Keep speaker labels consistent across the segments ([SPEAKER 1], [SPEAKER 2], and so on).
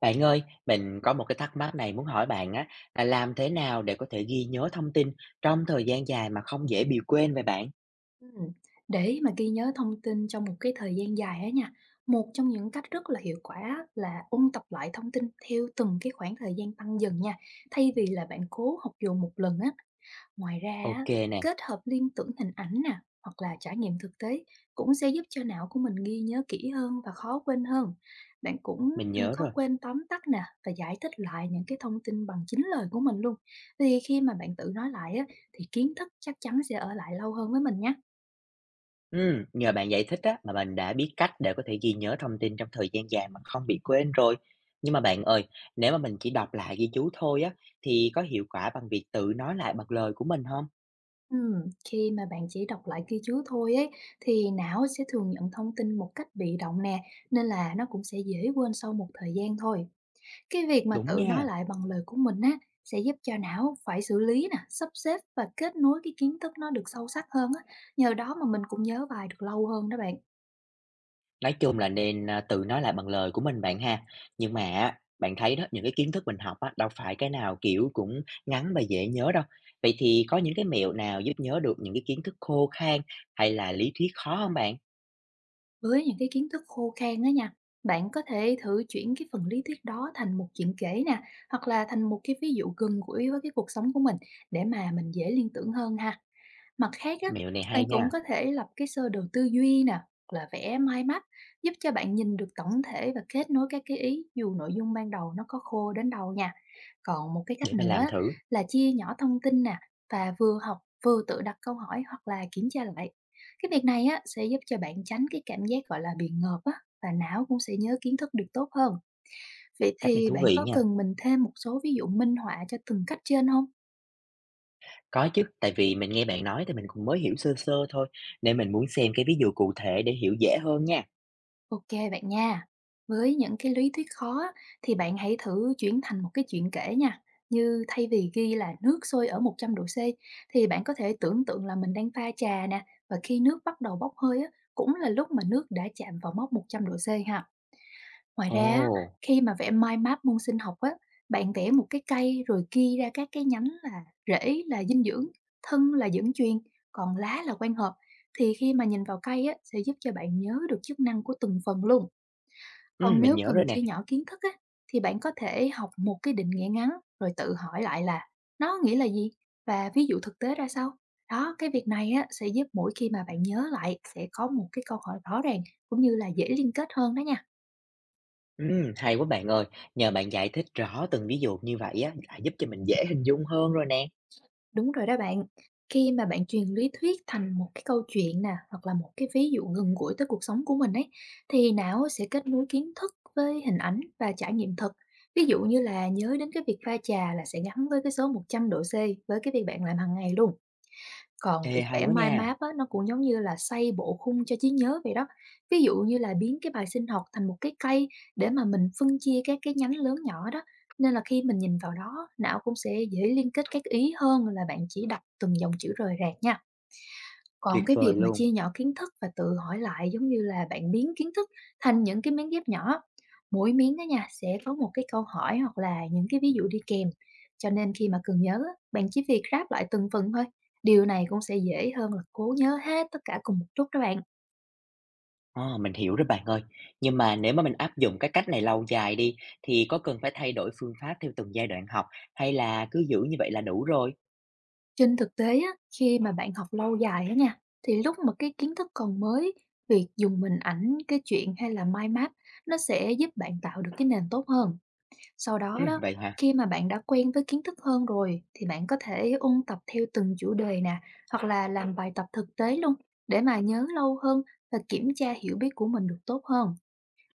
[SPEAKER 1] Bạn ơi, mình có một cái thắc mắc này muốn hỏi bạn á, là làm thế nào để có thể ghi nhớ thông tin trong thời gian dài mà không dễ bị quên vậy bạn?
[SPEAKER 2] Ừm, để mà ghi nhớ thông tin trong một cái thời gian dài á nha, một trong những cách rất là hiệu quả là ôn tập lại thông tin theo từng cái khoảng thời gian tăng dần nha, thay vì là bạn cố học dồn một lần á. Ngoài ra á,
[SPEAKER 1] Ok nè,
[SPEAKER 2] kết hợp liên tưởng hình ảnh nè, hoặc là trải nghiệm thực tế cũng sẽ giúp cho não của mình ghi nhớ kỹ hơn và khó quên hơn. Bạn cũng
[SPEAKER 1] mình
[SPEAKER 2] đừng
[SPEAKER 1] nhớ
[SPEAKER 2] có
[SPEAKER 1] rồi.
[SPEAKER 2] quên tóm tắt nè và giải thích lại những cái thông tin bằng chính lời của mình luôn. Vì khi mà bạn tự nói lại á, thì kiến thức chắc chắn sẽ ở lại lâu hơn với mình nhé.
[SPEAKER 1] Nhờ bạn giải thích á, mà mình đã biết cách để có thể ghi nhớ thông tin trong thời gian dài mà không bị quên rồi. Nhưng mà bạn ơi, nếu mà mình chỉ đọc lại ghi chú thôi á, thì có hiệu quả bằng việc tự nói lại bằng lời của mình không?
[SPEAKER 2] Ừm, Khi mà bạn chỉ đọc lại ghi chú thôi ấy, thì não sẽ thường nhận thông tin một cách bị động nè, nên là nó cũng sẽ dễ quên sau một thời gian thôi. Cái việc mà
[SPEAKER 1] Đúng
[SPEAKER 2] tự nói
[SPEAKER 1] nha.
[SPEAKER 2] lại bằng lời của mình á, sẽ giúp cho não phải xử lý nè, sắp xếp và kết nối cái kiến thức nó được sâu sắc hơn á. Nhờ đó mà mình cũng nhớ bài được lâu hơn đó bạn.
[SPEAKER 1] Nói chung là nên, tự nói lại bằng lời của mình bạn ha. Nhưng mà á, bạn thấy đó, những cái kiến thức mình học á, đâu phải cái nào, kiểu, cũng ngắn và dễ nhớ đâu. Vậy thì có những cái mẹo nào giúp nhớ được những cái kiến thức khô khan hay là lý thuyết khó không bạn?
[SPEAKER 2] Với những cái kiến thức khô khan đó nha, bạn có thể thử chuyển cái phần lý thuyết đó thành một chuyện kể nè, hoặc là thành một cái ví dụ gần gũi với cái cuộc sống của mình để mà mình dễ liên tưởng hơn ha. Mặt khác á,
[SPEAKER 1] Mẹo này
[SPEAKER 2] bạn
[SPEAKER 1] hay
[SPEAKER 2] cũng
[SPEAKER 1] nha,
[SPEAKER 2] có thể lập cái sơ đồ tư duy nè, hoặc là vẽ mind map giúp cho bạn nhìn được tổng thể và kết nối các cái ý dù nội dung ban đầu nó có khô đến đâu nha. Còn một cái cách
[SPEAKER 1] để mình
[SPEAKER 2] nữa
[SPEAKER 1] làm
[SPEAKER 2] á,
[SPEAKER 1] thử,
[SPEAKER 2] là chia nhỏ thông tin nè và vừa học vừa tự đặt câu hỏi hoặc là kiểm tra lại. Cái việc này á sẽ giúp cho bạn tránh cái cảm giác gọi là bị ngợp á và não cũng sẽ nhớ kiến thức được tốt hơn. Vậy
[SPEAKER 1] cách này
[SPEAKER 2] thì
[SPEAKER 1] thú
[SPEAKER 2] bạn
[SPEAKER 1] vị
[SPEAKER 2] có
[SPEAKER 1] nha.
[SPEAKER 2] cần mình thêm một số ví dụ minh họa cho từng cách trên không?
[SPEAKER 1] Có chứ, tại vì mình nghe bạn nói thì mình cũng mới hiểu sơ sơ thôi, nên mình muốn xem cái ví dụ cụ thể để hiểu dễ hơn nha.
[SPEAKER 2] Ok bạn nha. Với những cái lý thuyết khó á, thì bạn hãy thử chuyển thành một cái chuyện kể nha. Như thay vì ghi là nước sôi ở 100°C thì bạn có thể tưởng tượng là mình đang pha trà nè, và khi nước bắt đầu bốc hơi á, cũng là lúc mà nước đã chạm vào mốc 100°C ha. Ngoài ra á,
[SPEAKER 1] Ồ,
[SPEAKER 2] khi mà vẽ mind map môn sinh học á, bạn vẽ một cái cây rồi ghi ra các cái nhánh là rễ là dinh dưỡng, thân là dẫn truyền, còn lá là quang hợp, thì khi mà nhìn vào cây á, sẽ giúp cho bạn nhớ được chức năng của từng phần luôn. Còn
[SPEAKER 1] mình
[SPEAKER 2] nếu
[SPEAKER 1] nhớ
[SPEAKER 2] cần
[SPEAKER 1] rồi nè.
[SPEAKER 2] chia nhỏ kiến thức á, thì bạn có thể học một cái định nghĩa ngắn rồi tự hỏi lại là nó nghĩa là gì và ví dụ thực tế ra sao. Đó, cái việc này á, sẽ giúp mỗi khi mà bạn nhớ lại sẽ có một cái câu hỏi rõ ràng, cũng như là dễ liên kết hơn đó nha.
[SPEAKER 1] Hay quá bạn ơi, nhờ bạn giải thích rõ từng ví dụ như vậy á, đã giúp cho mình dễ hình dung hơn rồi nè.
[SPEAKER 2] Đúng rồi đó bạn. Khi mà bạn truyền lý thuyết thành một cái câu chuyện nè, hoặc là một cái ví dụ gần gũi tới cuộc sống của mình ấy, thì não á sẽ kết nối kiến thức với hình ảnh và trải nghiệm thực. Ví dụ như là nhớ đến cái việc pha trà là sẽ gắn với cái số 100°C với cái việc bạn làm hàng ngày luôn. Còn
[SPEAKER 1] Ê,
[SPEAKER 2] việc
[SPEAKER 1] hay
[SPEAKER 2] vẽ
[SPEAKER 1] quá
[SPEAKER 2] mind
[SPEAKER 1] nha,
[SPEAKER 2] map á, nó cũng giống như là xây bộ khung cho trí nhớ vậy đó. Ví dụ như là biến cái bài sinh học thành một cái cây để mà mình phân chia các cái nhánh lớn nhỏ đó. Nên là khi mình nhìn vào đó, não cũng sẽ dễ liên kết các ý hơn là bạn chỉ đọc từng dòng chữ rời rạc nha. Còn
[SPEAKER 1] tuyệt
[SPEAKER 2] cái
[SPEAKER 1] vời
[SPEAKER 2] việc mà
[SPEAKER 1] luôn.
[SPEAKER 2] chia nhỏ kiến thức và tự hỏi lại giống như là bạn biến kiến thức thành những cái miếng ghép nhỏ. Mỗi miếng đó nha sẽ có một cái câu hỏi hoặc là những cái ví dụ đi kèm. Cho nên khi mà cần nhớ, á, bạn chỉ việc ráp lại từng phần thôi. Điều này cũng sẽ dễ hơn là cố nhớ hết tất cả cùng một lúc đó bạn.
[SPEAKER 1] À, mình hiểu rồi bạn ơi. Nhưng mà nếu mà mình áp dụng cái cách này lâu dài đi, thì có cần phải thay đổi phương pháp theo từng giai đoạn học hay là cứ giữ như vậy là đủ rồi?
[SPEAKER 2] Trên thực tế á, khi mà bạn học lâu dài á nha, thì lúc mà cái kiến thức còn mới, việc dùng hình ảnh, cái chuyện hay là mind map nó sẽ giúp bạn tạo được cái nền tốt hơn. Sau đó
[SPEAKER 1] Ừ,
[SPEAKER 2] đó,
[SPEAKER 1] vậy hả?
[SPEAKER 2] khi mà bạn đã quen với kiến thức hơn rồi thì bạn có thể ôn tập theo từng chủ đề nè, hoặc là làm bài tập thực tế luôn, để mà nhớ lâu hơn và kiểm tra hiểu biết của mình được tốt hơn.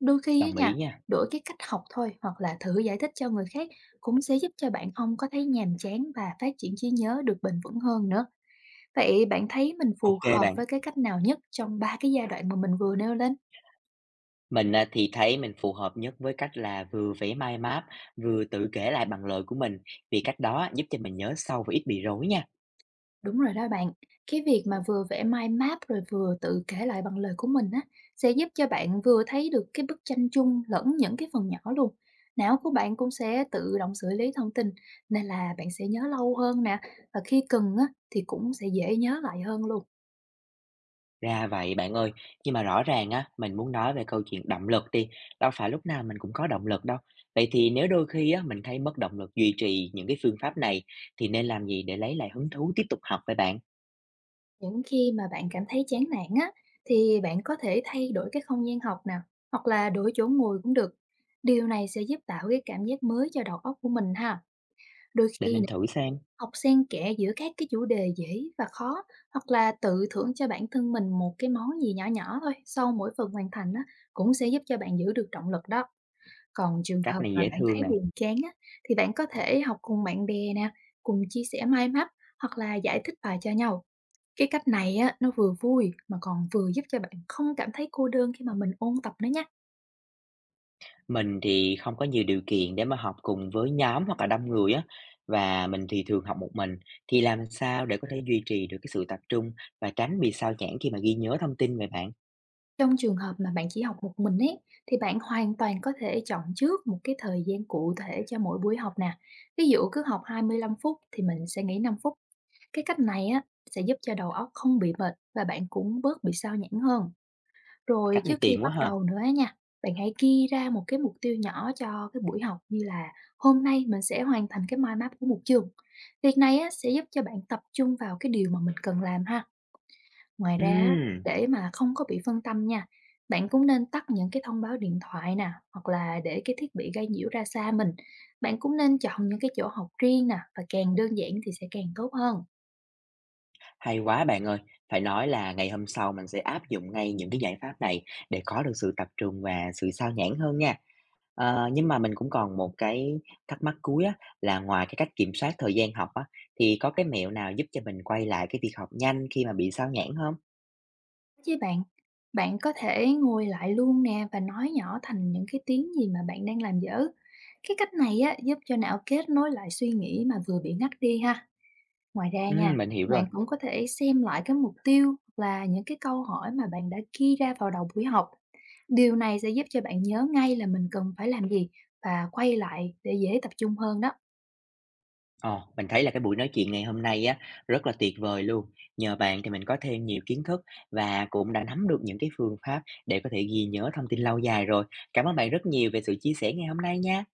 [SPEAKER 2] Đôi khi á
[SPEAKER 1] Đồng ý
[SPEAKER 2] nha,
[SPEAKER 1] nha.
[SPEAKER 2] đổi cái cách học thôi hoặc là thử giải thích cho người khác cũng sẽ giúp cho bạn không có thấy nhàm chán và phát triển trí nhớ được bền vững hơn nữa. Vậy bạn thấy mình phù
[SPEAKER 1] Ok
[SPEAKER 2] hợp
[SPEAKER 1] bạn.
[SPEAKER 2] với cái cách nào nhất trong ba cái giai đoạn mà mình vừa nêu lên?
[SPEAKER 1] Mình à, thì thấy mình phù hợp nhất với cách là vừa vẽ mind map, vừa tự kể lại bằng lời của mình, vì cách đó giúp cho mình nhớ sâu và ít bị rối nha.
[SPEAKER 2] Đúng rồi đó bạn, cái việc mà vừa vẽ mind map rồi vừa tự kể lại bằng lời của mình á, sẽ giúp cho bạn vừa thấy được cái bức tranh chung lẫn những cái phần nhỏ luôn. Não của bạn cũng sẽ tự động xử lý thông tin, nên là bạn sẽ nhớ lâu hơn nè, và khi cần á, thì cũng sẽ dễ nhớ lại hơn luôn.
[SPEAKER 1] Ra vậy bạn ơi, nhưng mà rõ ràng á, mình muốn nói về câu chuyện động lực đi, đâu phải lúc nào mình cũng có động lực đâu. Vậy thì nếu đôi khi á, mình thấy mất động lực duy trì những cái phương pháp này, thì nên làm gì để lấy lại hứng thú tiếp tục học với bạn?
[SPEAKER 2] Những khi mà bạn cảm thấy chán nản á, thì bạn có thể thay đổi cái không gian học nào, hoặc là đổi chỗ ngồi cũng được. Điều này sẽ giúp tạo cái cảm giác mới cho đầu óc của mình ha. Đôi
[SPEAKER 1] Để
[SPEAKER 2] khi.
[SPEAKER 1] mình thử xem,
[SPEAKER 2] Học xen kẽ giữa các cái chủ đề dễ và khó, hoặc là tự thưởng cho bản thân mình một cái món gì nhỏ nhỏ thôi sau mỗi phần hoàn thành á, cũng sẽ giúp cho bạn giữ được động lực đó. Còn trường
[SPEAKER 1] cách
[SPEAKER 2] hợp
[SPEAKER 1] này
[SPEAKER 2] mà
[SPEAKER 1] dễ
[SPEAKER 2] bạn
[SPEAKER 1] thương
[SPEAKER 2] thấy
[SPEAKER 1] nè.
[SPEAKER 2] buồn chán á, thì bạn có thể học cùng bạn bè nè, cùng chia sẻ mind map hoặc là giải thích bài cho nhau. Cái cách này á, nó vừa vui mà còn vừa giúp cho bạn không cảm thấy cô đơn khi mà mình ôn tập nữa nha.
[SPEAKER 1] Mình thì không có nhiều điều kiện để mà học cùng với nhóm hoặc là đông người á, và mình thì thường học một mình, thì làm sao để có thể duy trì được cái sự tập trung và tránh bị sao nhãng khi mà ghi nhớ thông tin về bạn?
[SPEAKER 2] Trong trường hợp mà bạn chỉ học một mình ấy, thì bạn hoàn toàn có thể chọn trước một cái thời gian cụ thể cho mỗi buổi học nè. Ví dụ, cứ học 25 phút thì mình sẽ nghỉ 5 phút. Cái cách này á sẽ giúp cho đầu óc không bị mệt và bạn cũng bớt bị sao nhãng hơn. Rồi
[SPEAKER 1] Cách
[SPEAKER 2] trước
[SPEAKER 1] này
[SPEAKER 2] khi
[SPEAKER 1] tiện
[SPEAKER 2] bắt
[SPEAKER 1] quá ha.
[SPEAKER 2] đầu nữa á nha, bạn hãy ghi ra một cái mục tiêu nhỏ cho cái buổi học, như là hôm nay mình sẽ hoàn thành cái mind map của một trường. Việc này á sẽ giúp cho bạn tập trung vào cái điều mà mình cần làm ha. Ngoài ra á,
[SPEAKER 1] Ừm.
[SPEAKER 2] để mà không có bị phân tâm nha, bạn cũng nên tắt những cái thông báo điện thoại nè, hoặc là để cái thiết bị gây nhiễu ra xa mình. Bạn cũng nên chọn những cái chỗ học riêng nè, và càng đơn giản thì sẽ càng tốt hơn.
[SPEAKER 1] Hay quá bạn ơi, phải nói là ngày hôm sau mình sẽ áp dụng ngay những cái giải pháp này để có được sự tập trung và sự sao nhãng hơn nha. Nhưng mà mình cũng còn một cái thắc mắc cuối á, là ngoài cái cách kiểm soát thời gian học á, thì có cái mẹo nào giúp cho mình quay lại cái việc học nhanh khi mà bị sao nhãng không?
[SPEAKER 2] Với bạn, bạn có thể ngồi lại luôn nè và nói nhỏ thành những cái tiếng gì mà bạn đang làm dở. Cái cách này á, giúp cho não kết nối lại suy nghĩ mà vừa bị ngắt đi ha. Ngoài ra
[SPEAKER 1] Ừ,
[SPEAKER 2] nha,
[SPEAKER 1] mình hiểu
[SPEAKER 2] bạn
[SPEAKER 1] rồi.
[SPEAKER 2] cũng có thể xem lại cái mục tiêu hoặc là những cái câu hỏi mà bạn đã ghi ra vào đầu buổi học. Điều này sẽ giúp cho bạn nhớ ngay là mình cần phải làm gì và quay lại để dễ tập trung hơn đó.
[SPEAKER 1] Ồ, mình thấy là cái buổi nói chuyện ngày hôm nay á rất là tuyệt vời luôn. Nhờ bạn thì mình có thêm nhiều kiến thức và cũng đã nắm được những cái phương pháp để có thể ghi nhớ thông tin lâu dài rồi. Cảm ơn bạn rất nhiều về sự chia sẻ ngày hôm nay nha.